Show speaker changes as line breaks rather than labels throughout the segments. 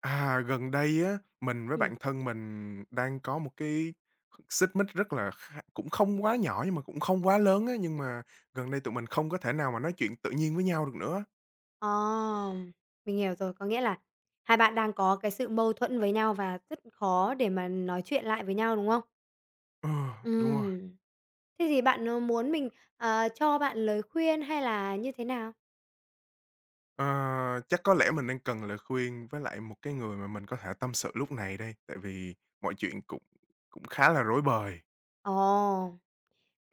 À, gần đây á, mình với
Ừm.
bạn thân mình đang có một cái xích mích rất là kha cũng không quá nhỏ nhưng mà cũng không quá lớn á, nhưng mà gần đây tụi mình không có thể nào mà nói chuyện tự nhiên với nhau được nữa.
Ờ, mình hiểu rồi. Có nghĩa là hai bạn đang có cái sự mâu thuẫn với nhau và rất khó để mà nói chuyện lại với nhau, đúng không?
Ờ, đúng rồi.
Ừm. Thế thì bạn, muốn mình, cho bạn lời khuyên hay là như thế nào?
Ờ, chắc có lẽ mình đang cần lời khuyên với lại một cái người mà mình có thể tâm sự lúc này đây, tại vì mọi chuyện cũng cũng khá là rối bời.
Ồ.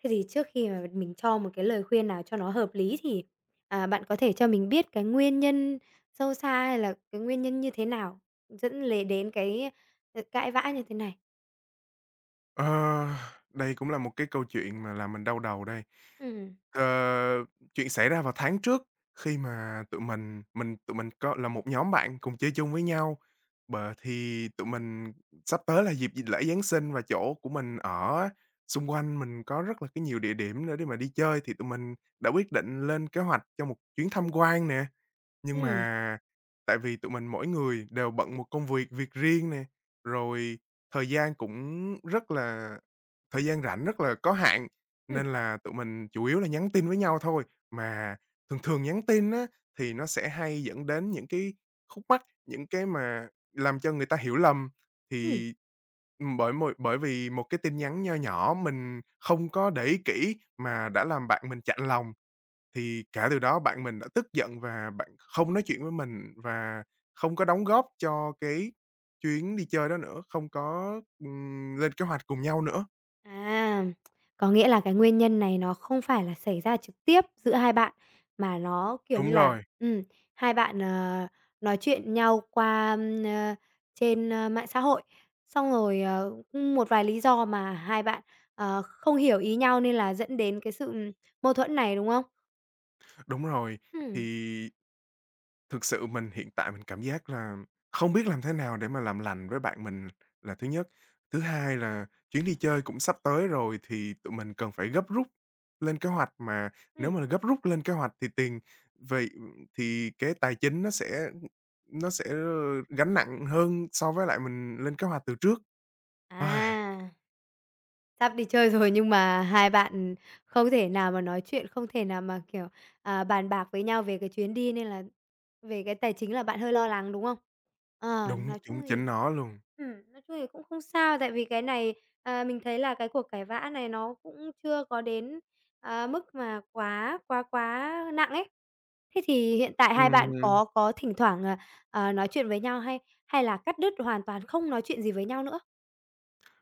Thế thì trước khi mà mình cho một cái lời khuyên nào cho nó hợp lý thì, bạn có thể cho mình biết cái nguyên nhân sâu xa hay là cái nguyên nhân như thế nào dẫn lề đến cái, cãi vã như thế này?
Ờ, đây cũng là một cái câu chuyện mà làm mình đau đầu đây.
Ừm,
Ờ, chuyện xảy ra vào tháng trước, khi mà tụi mình có là một nhóm bạn cùng chơi chung với nhau, thì tụi mình sắp tới là dịp lễ Giáng sinh, và chỗ của mình ở xung quanh mình có rất là cái nhiều địa điểm nữa để mà đi chơi, thì tụi mình đã quyết định lên kế hoạch cho một chuyến tham quan nè. Nhưng
ừm,
mà tại vì tụi mình mỗi người đều bận một công việc việc riêng nè, rồi thời gian cũng rất là thời gian rảnh rất là có hạn,
ừm,
nên là tụi mình chủ yếu là nhắn tin với nhau thôi. Mà thường thường nhắn tin á, thì nó sẽ hay dẫn đến những cái khúc mắc, những cái mà làm cho người ta hiểu lầm.
ừm.
Thì, bởi một bởi vì một cái tin nhắn nho nhỏ mình không có để ý kỹ mà đã làm bạn mình chạnh lòng, thì cả từ đó bạn mình đã tức giận và bạn không nói chuyện với mình và không có đóng góp cho cái chuyến đi chơi đó nữa, không có, lên kế hoạch cùng nhau nữa.
À, có nghĩa là cái nguyên nhân này nó không phải là xảy ra trực tiếp giữa hai bạn, mà nó, kiểu
Đúng
như là,
rồi,
ừm, hai bạn, nói chuyện nhau qua, trên, mạng xã hội, xong rồi, một vài lý do mà hai bạn, không hiểu ý nhau nên là dẫn đến cái sự mâu thuẫn này, đúng không?
đúng rồi.
Ừm,
Thì thực sự mình hiện tại mình cảm giác là không biết làm thế nào để mà làm lành với bạn mình là thứ nhất. Thứ hai là chuyến đi chơi cũng sắp tới rồi, thì tụi mình cần phải gấp rút lên kế hoạch, mà nếu
ừm,
mà gấp rút lên kế hoạch thì tiền, vậy thì cái tài chính nó sẽ, nó sẽ, gánh nặng hơn so với lại mình lên kế hoạch từ trước. Ai,
à. Sắp đi chơi rồi nhưng mà hai bạn không thể nào mà nói chuyện, không thể nào mà, kiểu, bàn bạc với nhau về cái chuyến đi nên là về cái tài chính là bạn hơi lo lắng, đúng không? Ờ,
Đúng, đúng chính nó luôn.
nói chung thì cũng không sao, tại vì cái này, mình thấy là cái cuộc cãi vã này nó cũng chưa có đến, mức mà quá quá quá nặng ấy. Thế thì hiện tại hai bạn
Ừm.
có thỉnh thoảng, nói chuyện với nhau hay hay là cắt đứt hoàn toàn không nói chuyện gì với nhau nữa?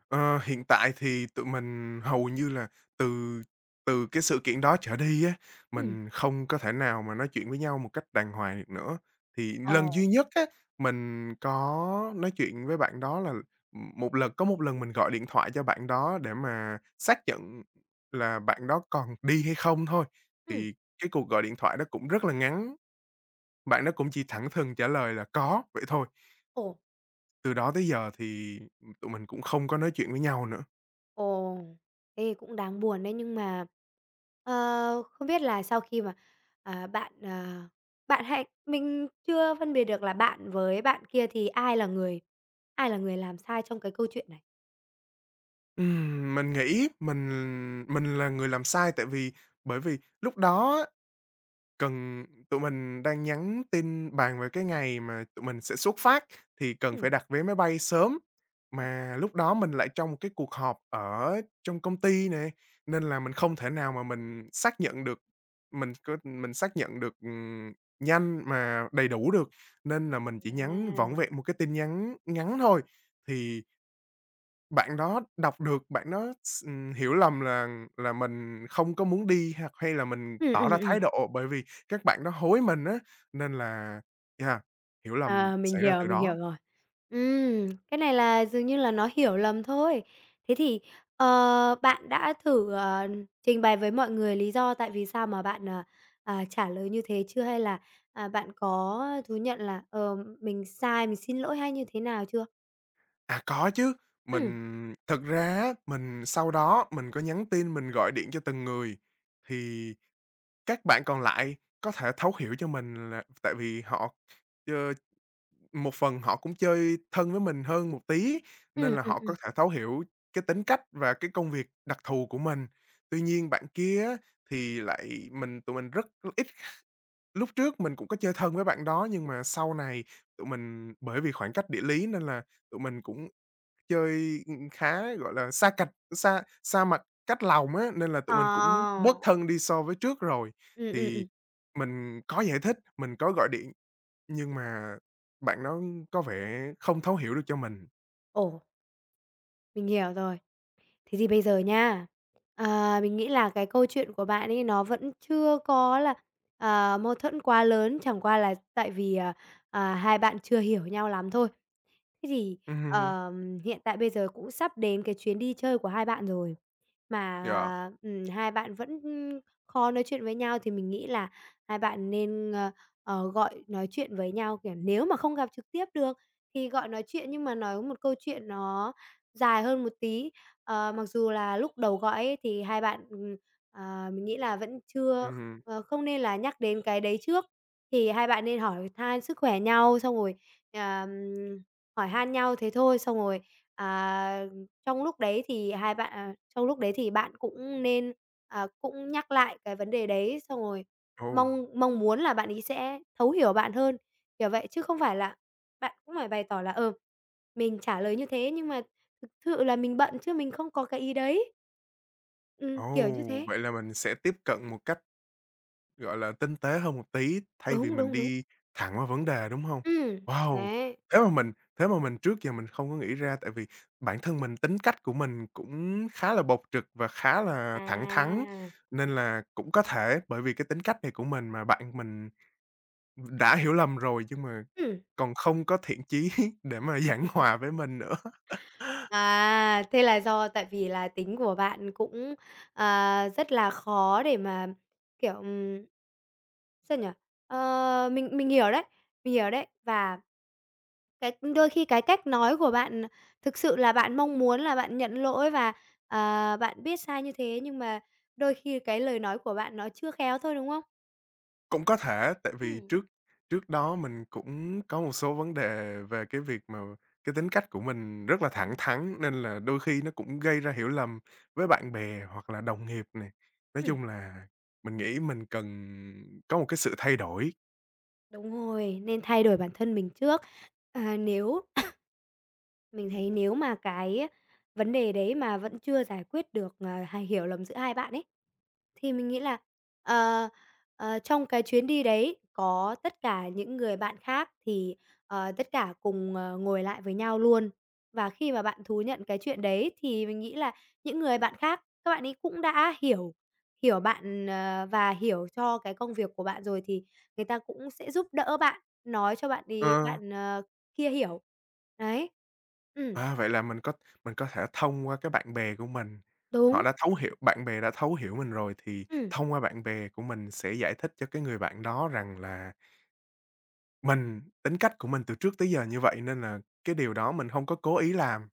Ờ, hiện tại thì tụi mình hầu như là từ từ cái sự kiện đó trở đi á,
Ừm,
mình không có thể nào mà nói chuyện với nhau một cách đàng hoàng được nữa. Thì
ồ,
lần duy nhất á, mình có nói chuyện với bạn đó là, một lần có một lần mình gọi điện thoại cho bạn đó để mà xác nhận là bạn đó còn đi hay không thôi.
ừm,
Thì cái cuộc gọi điện thoại đó cũng rất là ngắn, bạn đó cũng chỉ thẳng thừng trả lời là "Có" vậy thôi.
ồ.
Từ đó tới giờ thì tụi mình cũng không có nói chuyện với nhau nữa.
Ồ, thế cũng đáng buồn đấy. Nhưng mà, không biết là sau khi mà, bạn, bạn hãy mình chưa phân biệt được là bạn với bạn kia thì ai là người làm sai trong cái câu chuyện này?
Mình nghĩ mình là người làm sai, tại vì bởi vì lúc đó á, cần tụi mình đang nhắn tin bàn về cái ngày mà tụi mình sẽ xuất phát, thì cần
Ừm.
phải đặt vé máy bay sớm,
Ừm.
mà lúc đó mình lại trong một cái cuộc họp ở trong công ty nè, nên là mình không thể nào mà mình xác nhận được, mình xác nhận được, nhanh mà đầy đủ được, nên là mình chỉ nhắn vỏn
À.
vẹn một cái tin nhắn ngắn thôi. Thì bạn đó đọc được, bạn đó s hiểu lầm là mình không có muốn đi hoặc hay là mình tỏ ra
Ừm.
thái độ, bởi vì các bạn đó hối mình á, nên là yeah, hiểu lầm
À,
xảy ra từ
mình hiểu
đó.
rồi. Cái này là dường như là nó hiểu lầm thôi. Thế thì, bạn đã thử, trình bày với mọi người lý do tại vì sao mà bạn, trả lời như thế chưa? Hay là, bạn có thú nhận là, mình sai, mình xin lỗi hay như thế nào chưa?
À, có chứ.
Ừ
Mình thực ra á, mình sau đó mình có nhắn tin, mình gọi điện cho từng người, thì các bạn còn lại có thể thấu hiểu cho mình là tại vì họ, ơ, Một phần họ cũng chơi thân với mình hơn một tí, nên
ừ
là
ừ
họ
ừm.
có thể thấu hiểu cái tính cách và cái công việc đặc thù của mình. Tuy nhiên bạn kia á, thì lại tụi mình rất ít, lúc trước mình cũng có chơi thân với bạn đó, nhưng mà sau này tụi mình bởi vì khoảng cách địa lý nên là tụi mình cũng chơi, khá, gọi là, xa cách, xa xa mặt cách lòng á, nên là
Ờ,
tụi mình cũng bớt thân đi so với trước rồi.
ừ ừ.
Thì mình có giải thích, mình có gọi điện nhưng mà bạn đó có vẻ không thấu hiểu được cho mình.
Ồ, mình hiểu rồi. Thế thì bây giờ nha, mình nghĩ là cái câu chuyện của bạn ấy nó vẫn chưa có là, mâu thuẫn quá lớn, chẳng qua là tại vì, hai bạn chưa hiểu nhau lắm thôi. Thế thì,
Hưm,
hiện tại bây giờ cũng sắp đến cái chuyến đi chơi của hai bạn rồi. Mà,
yeah,
hai bạn vẫn, khó nói chuyện với nhau thì mình nghĩ là hai bạn nên, gọi nói chuyện với nhau, kiểu, nếu mà không gặp trực tiếp được thì gọi nói chuyện nhưng mà nói một câu chuyện nó dài hơn một tí. Mặc dù là lúc đầu gọi ấy thì hai bạn, mình nghĩ là vẫn chưa
hưm.
ờ, không nên là nhắc đến cái đấy trước, thì hai bạn nên hỏi han sức khỏe nhau, xong rồi, ờm, hỏi han nhau thế thôi, xong rồi, à trong lúc đấy thì bạn cũng nên, cũng nhắc lại cái vấn đề đấy, xong rồi
Ồ,
mong mong muốn là bạn ấy sẽ thấu hiểu bạn hơn, kiểu vậy. Chứ không phải là bạn cũng phải bày tỏ là, mình trả lời như thế nhưng mà thực sự là mình bận chứ mình không có cái ý đấy. Kiểu như
ồ,
thế.
vậy là mình sẽ tiếp cận một cách, gọi là, tinh tế hơn một tí thay vì
Đúng,
mình
đúng, đúng.
đi thẳng vào vấn đề, đúng hông?
Ừ
Wow,
đấy.
thế mà mình trước giờ mình không có nghĩ ra, tại vì bản thân mình tính cách của mình cũng khá là bộc trực và khá là
À.
thẳng thắn, nên là cũng có thể bởi vì cái tính cách này của mình mà bạn mình đã hiểu lầm rồi, nhưng mà
Ừ.
còn không có thiện chí để mà giảng hòa với mình nữa.
À, thế là do tại vì là tính của bạn cũng, rất là khó để mà, kiểu, sao nhỉ? Ờ, mình hiểu đấy, mình hiểu đấy. Và cái đôi khi cái cách nói của bạn thực sự là bạn mong muốn là bạn nhận lỗi và, bạn biết sai như thế, nhưng mà đôi khi cái lời nói của bạn nó chưa khéo thôi, đúng không?
Cũng có thể tại
Ừm,
vì
ừm.
trước trước đó mình cũng có một số vấn đề về cái việc mà cái tính cách của mình rất là thẳng thắn, nên là đôi khi nó cũng gây ra hiểu lầm với bạn bè hoặc là đồng nghiệp này. Nói chung là mình nghĩ mình cần có một cái sự thay đổi.
Đúng rồi, nên thay đổi bản thân mình trước. À, nếu mình thấy nếu mà cái vấn đề đấy mà vẫn chưa giải quyết được, hay hiểu lầm giữa hai bạn ấy, thì mình nghĩ là, ờ, trong cái chuyến đi đấy có tất cả những người bạn khác thì, tất cả cùng, ngồi lại với nhau luôn. Và khi mà bạn thú nhận cái chuyện đấy thì mình nghĩ là những người bạn khác, các bạn ấy cũng đã hiểu hiểu bạn, và hiểu cho cái công việc của bạn rồi thì người ta cũng sẽ giúp đỡ bạn, nói cho
Ờ.
bạn, kia hiểu. Đấy. Ừm,
À, vậy là mình có thể thông qua cái bạn bè của mình, họ
đúng,
đã thấu hiểu bạn bè đã thấu hiểu mình rồi, thì
ừm.
thông qua bạn bè của mình sẽ giải thích cho cái người bạn đó rằng là mình, tính cách của mình từ trước tới giờ như vậy nên là cái điều đó mình hông có cố ý làm.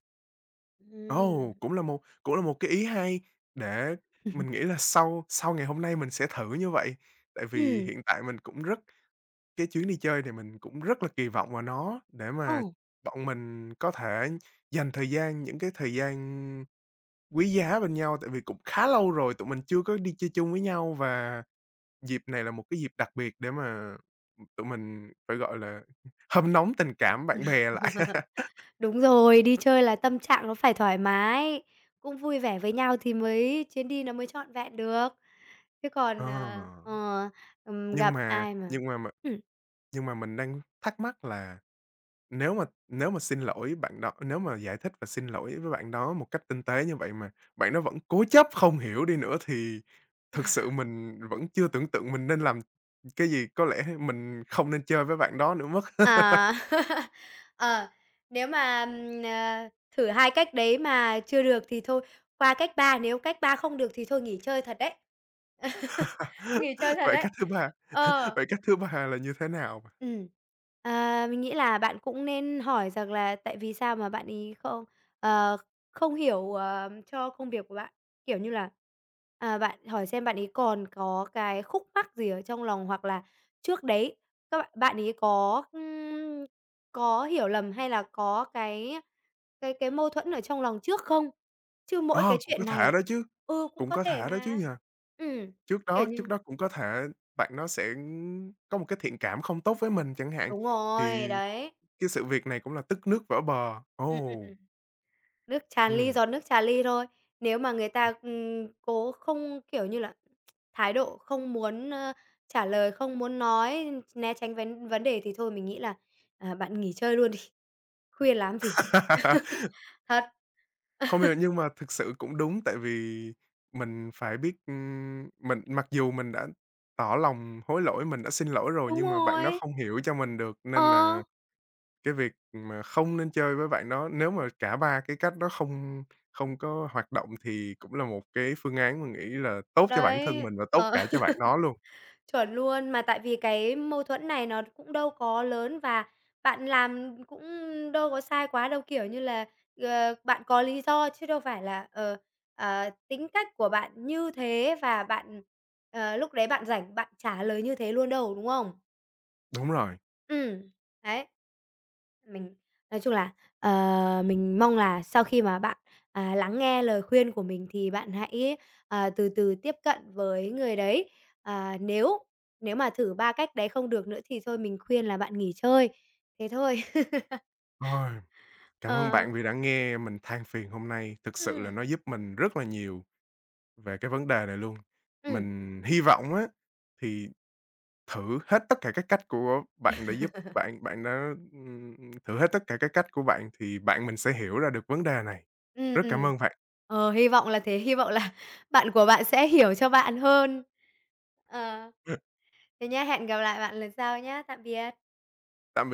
Ừm.
Ồ, cũng là một cái ý hay, để mình nghĩ là sau sau ngày hôm nay mình sẽ thử như vậy, tại vì
Ừm,
hiện tại mình cũng rất, cái chuyến đi chơi thì mình cũng rất là kỳ vọng vào nó để
ờ,
mà bọn mình có thể dành thời gian những cái thời gian quý giá bên nhau, tại vì cũng khá lâu rồi tụi mình chưa có đi chơi chung với nhau và dịp này là một cái dịp đặc biệt để mà tụi mình phải, gọi là, hâm nóng tình cảm bạn bè lại.
đúng rồi, đi chơi là tâm trạng nó phải thoải mái, cũng vui vẻ với nhau thì mới chuyến đi nó mới trọn vẹn được. Chứ còn,
Ờ,
gặp
nhưng mà
ai mà
nhưng mà mà
ừm.
nhưng mà mình đang thắc mắc là nếu mà giải thích và xin lỗi với bạn đó một cách tinh tế như vậy mà bạn đó vẫn cố chấp không hiểu đi nữa, thì thực sự mình vẫn chưa tưởng tượng mình nên làm cái gì, có lẽ mình không nên chơi với bạn đó nữa mất.
À, ờ, nếu mà, thử 2 cách đấy mà chưa được thì thôi, qua cách 3 nếu cách 3 không được thì thôi nghỉ chơi thật đấy. Nghỉ chơi thật
Vậy
đấy.
cách thứ ba,
Ờ.
vậy cách thứ ba là như thế nào bạn?
Ừm. À, mình nghĩ là bạn cũng nên hỏi rằng là tại vì sao mà bạn ấy ờ, không hiểu, cho công việc của bạn. Kiểu như là, bạn hỏi xem bạn ấy còn có cái khúc mắc gì ở trong lòng hoặc là trước đấy các bạn bạn ấy có hiểu lầm hay là có cái mâu thuẫn ở trong lòng trước không? Chứ mỗi cái
Ờ, cũng có
chuyện
thể
này
đó chứ,
ừ, cũng
cũng
có
có
thể
thể đó chứ
mà.
nhỉ?
Ừm,
Trước
kiểu
đó trước
như
đó cũng có thể bạn nó sẽ có một cái thiện cảm không tốt với mình chẳng hạn,
đúng rồi,
thì
đấy.
cái sự việc này cũng là tức nước vỡ bờ.
Ừm, ừm,
Ồ,
ừm. Nước tràn ly,
ừm.
giọt nước tràn ly thôi. Nếu mà người ta, cố không, kiểu như là, thái độ không muốn, trả lời, không muốn nói, né tránh vấn vấn đề thì thôi mình nghĩ là, bạn nghỉ chơi luôn đi, khuya làm gì. Thật,
Không hiểu nhưng mà thực sự cũng đúng, tại vì mình phải biết, mình mặc dù mình đã tỏ lòng hối lỗi, mình đã xin lỗi rồi
đúng
nhưng mà bạn nó
rồi,
không hiểu cho mình được,
ờ,
nên là cái việc mà không nên chơi với bạn đó, nếu mà cả 3 cái cách đó không không có hoạt động, thì cũng là một cái phương án mình nghĩ là tốt cho bản thân
đấy,
mình và tốt
ờ.
cả cho bạn đó luôn.
Chuẩn luôn, mà tại vì cái mâu thuẫn này nó cũng đâu có lớn và bạn làm cũng đâu có sai quá đâu, kiểu như là, bạn có lý do chứ đâu phải là, tính cách của bạn như thế và bạn, lúc đấy bạn rảnh bạn trả lời như thế luôn đâu, đúng không?
Đúng rồi.
Ừm, đấy. Mình nói chung là, mình mong là sau khi mà bạn, lắng nghe lời khuyên của mình thì bạn hãy, từ từ tiếp cận với người đấy. À, nếu nếu mà thử 3 cách đấy không được nữa thì thôi mình khuyên là bạn nghỉ chơi, thế thôi.
Ôi, cảm ơn
Ờ,
bạn vì đã nghe mình than phiền hôm nay, thực sự là
ừm,
nó giúp mình rất là nhiều về cái vấn đề này luôn.
ừm,
Mình hy vọng á, thì thử hết tất cả các cách của bạn đã giúp bạn bạn đã, thử hết tất cả các cách của bạn thì bạn mình sẽ hiểu ra được vấn đề này. Rất cảm
ừm.
ơn bạn.
Ờ, hy vọng là thế, hy vọng là bạn của bạn sẽ hiểu cho bạn hơn. Ờ, thế nhá, hẹn gặp lại bạn lần sau nhá. Tạm biệt.
Tạm biệt.